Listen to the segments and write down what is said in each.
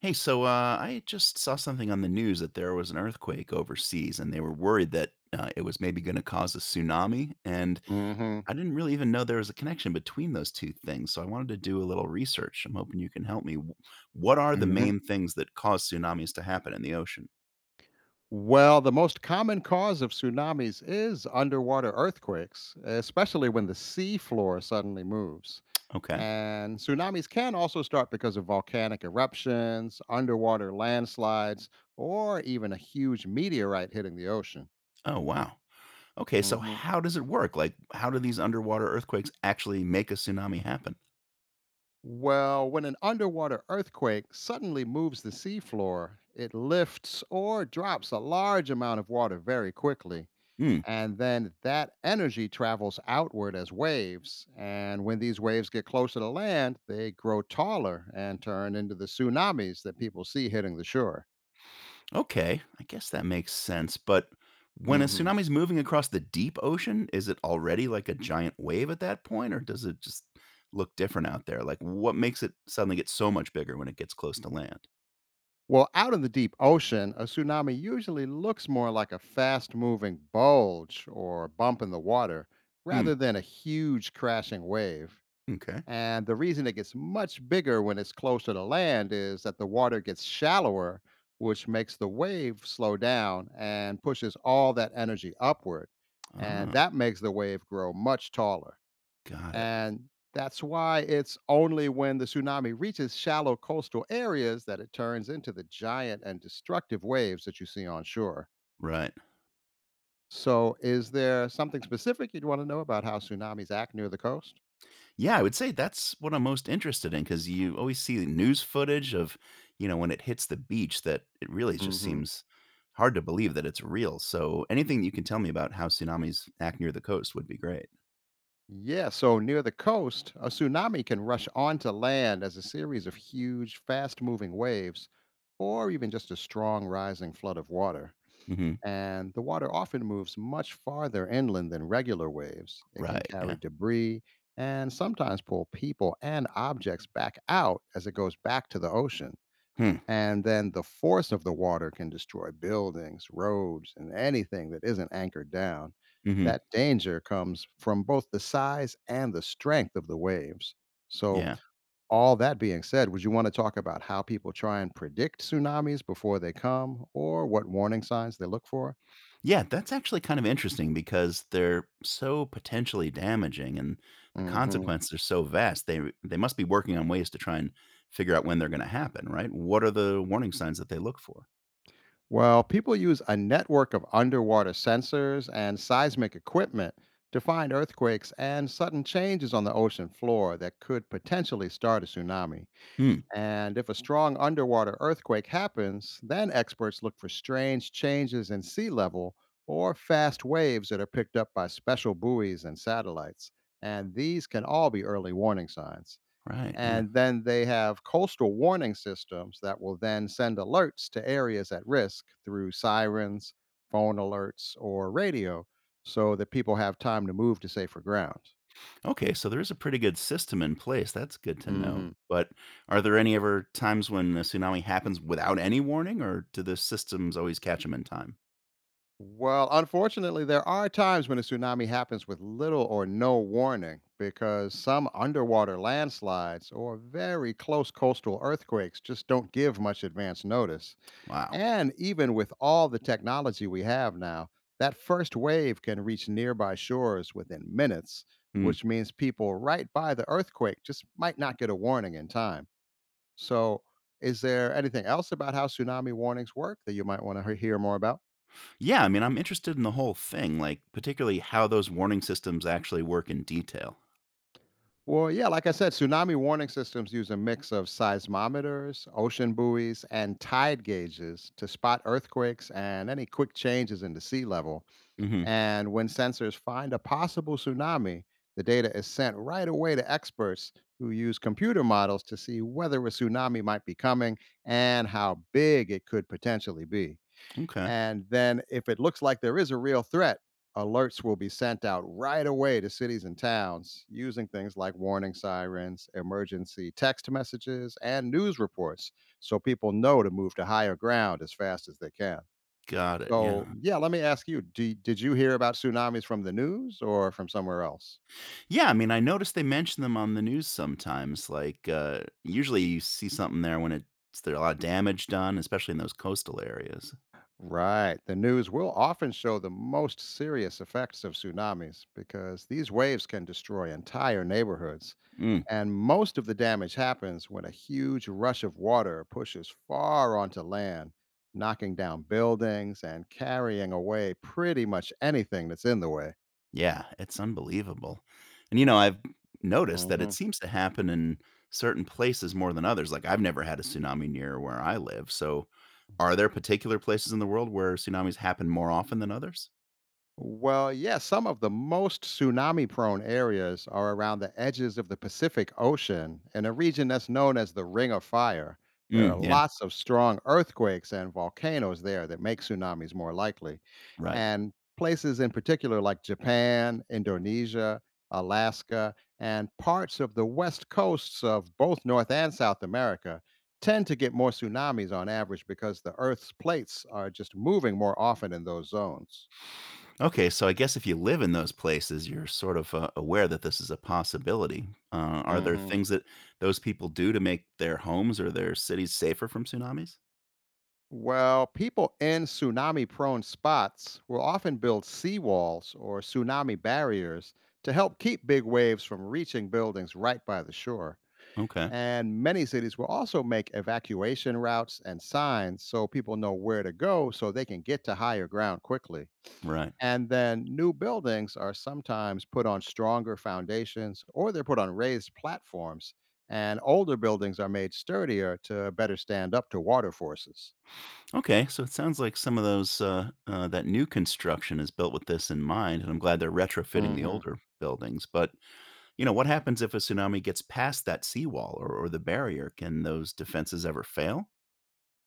Hey, I just saw something on the news that there was an earthquake overseas, and they were worried that it was maybe going to cause a tsunami. And Mhm, I didn't really even know there was a connection between those two things. So I wanted to do a little research. I'm hoping you can help me. What are the mhm. main things that cause tsunamis to happen in the ocean? Well, the most common cause of tsunamis is underwater earthquakes, especially when the sea floor suddenly moves. Okay. And tsunamis can also start because of volcanic eruptions, underwater landslides, or even a huge meteorite hitting the ocean. Oh, wow. Okay, so Mhm. how does it work? Like, how do these underwater earthquakes actually make a tsunami happen? Well, when an underwater earthquake suddenly moves the seafloor, it lifts or drops a large amount of water very quickly. Hmm. And then that energy travels outward as waves. And when these waves get closer to land, they grow taller and turn into the tsunamis that people see hitting the shore. Okay, I guess that makes sense. But when a Hmm. tsunami's moving across the deep ocean, is it already like a giant wave at that point, or does it just look different out there? Like, what makes it suddenly get so much bigger when it gets close to land? Well, out in the deep ocean, a tsunami usually looks more like a fast moving bulge or bump in the water rather Hmm. than a huge crashing wave. Okay. And the reason it gets much bigger when it's closer to land is that the water gets shallower, which makes the wave slow down and pushes all that energy upward. And Ah, that makes the wave grow much taller. got it. And that's why it's only when the tsunami reaches shallow coastal areas that it turns into the giant and destructive waves that you see on shore. Right. So, is there something specific you'd want to know about how tsunamis act near the coast? Yeah, I would say that's what I'm most interested in because you always see news footage of, you know, when it hits the beach that it really just Hmm. seems hard to believe that it's real. So anything you can tell me about how tsunamis act near the coast would be great. Yeah, so near the coast, a tsunami can rush onto land as a series of huge, fast moving waves, or even just a strong rising flood of water. Mm-hmm. And the water often moves much farther inland than regular waves. It can Right, carry yeah. debris and sometimes pull people and objects back out as it goes back to the ocean. Hmm, And then the force of the water can destroy buildings, roads, and anything that isn't anchored down. mhm, That danger comes from both the size and the strength of the waves. So, yeah. all that being said, would you want to talk about how people try and predict tsunamis before they come or what warning signs they look for? Yeah, that's actually kind of interesting because they're so potentially damaging and the Hmm. consequences are so vast, they must be working on ways to try and figure out when they're gonna happen, right? What are the warning signs that they look for? Well, people use a network of underwater sensors and seismic equipment to find earthquakes and sudden changes on the ocean floor that could potentially start a tsunami. Hmm, And if a strong underwater earthquake happens, then experts look for strange changes in sea level or fast waves that are picked up by special buoys and satellites. And these can all be early warning signs. right, yeah. And then they have coastal warning systems that will then send alerts to areas at risk through sirens, phone alerts, or radio so that people have time to move to safer ground. Okay, so there is a pretty good system in place, that's good to know, Hmm. but are there any ever times when a tsunami happens without any warning, or do the systems always catch them in time? Well, unfortunately, there are times when a tsunami happens with little or no warning because some underwater landslides or very close coastal earthquakes just don't give much advance notice. Wow. And even with all the technology we have now, that first wave can reach nearby shores within minutes, Hmm. which means people right by the earthquake just might not get a warning in time. So, is there anything else about how tsunami warnings work that you might want to hear more about? Yeah, I mean, I'm interested in the whole thing, like particularly how those warning systems actually work in detail. Well, yeah, like I said, tsunami warning systems use a mix of seismometers, ocean buoys, and tide gauges to spot earthquakes and any quick changes in the sea level. Hmm. And when sensors find a possible tsunami, the data is sent right away to experts who use computer models to see whether a tsunami might be coming and how big it could potentially be. Okay. And then, if it looks like there is a real threat, alerts will be sent out right away to cities and towns using things like warning sirens, emergency text messages, and news reports so people know to move to higher ground as fast as they can. Got it. So, Yeah. yeah, let me ask you, do did you hear about tsunamis from the news or from somewhere else? Yeah. I mean, I noticed they mention them on the news sometimes. Like, usually you see something there when it's there's a lot of damage done, especially in those coastal areas. Right. The news will often show the most serious effects of tsunamis because these waves can destroy entire neighborhoods. Mm. And most of the damage happens when a huge rush of water pushes far onto land, knocking down buildings and carrying away pretty much anything that's in the way. Yeah, it's unbelievable. And, you know, I've noticed that it Mhm. seems to happen in certain places more than others. Like, I've never had a tsunami near where I live. So, are there particular places in the world where tsunamis happen more often than others? Well, yeah, some of the most tsunami prone areas are around the edges of the Pacific Ocean in a region that's known as the Ring of Fire. There are Mm, yeah, lots of strong earthquakes and volcanoes there that make tsunamis more likely. right. And places in particular like Japan, Indonesia, Alaska, and parts of the west coasts of both North and South America tend to get more tsunamis on average because the Earth's plates are just moving more often in those zones. Okay, so I guess if you live in those places, you're sort of aware that this is a possibility. Are there Hmm. things that those people do to make their homes or their cities safer from tsunamis? Well, people in tsunami prone spots will often build seawalls or tsunami barriers to help keep big waves from reaching buildings right by the shore. Okay, And many cities will also make evacuation routes and signs so people know where to go so they can get to higher ground quickly. right. And then new buildings are sometimes put on stronger foundations or they're put on raised platforms. And older buildings are made sturdier to better stand up to water forces. Okay, so it sounds like some of those that new construction is built with this in mind, and I'm glad they're retrofitting the Hmm. older buildings. But you know, what happens if a tsunami gets past that seawall or the barrier? Can those defenses ever fail?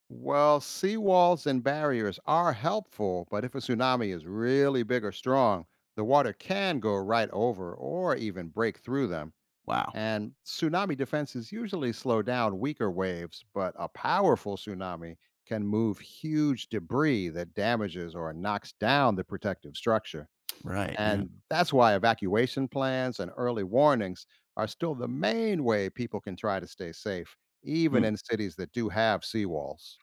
Well, seawalls and barriers are helpful, but if a tsunami is really big or strong, the water can go right over or even break through them. Wow. And tsunami defenses usually slow down weaker waves, but a powerful tsunami can move huge debris that damages or knocks down the protective structure. Right. Yeah. And that's why evacuation plans and early warnings are still the main way people can try to stay safe, even Hmm. in cities that do have seawalls.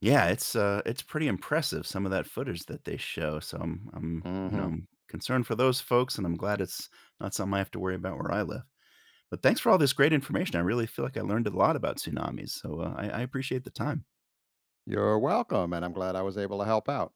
Yeah. It's pretty impressive some of that footage that they show. So I'm Hmm. I'm concerned for those folks, and I'm glad it's not something I have to worry about where I live. But thanks for all this great information. I really feel like I learned a lot about tsunamis. So I appreciate the time. You're welcome, and I'm glad I was able to help out.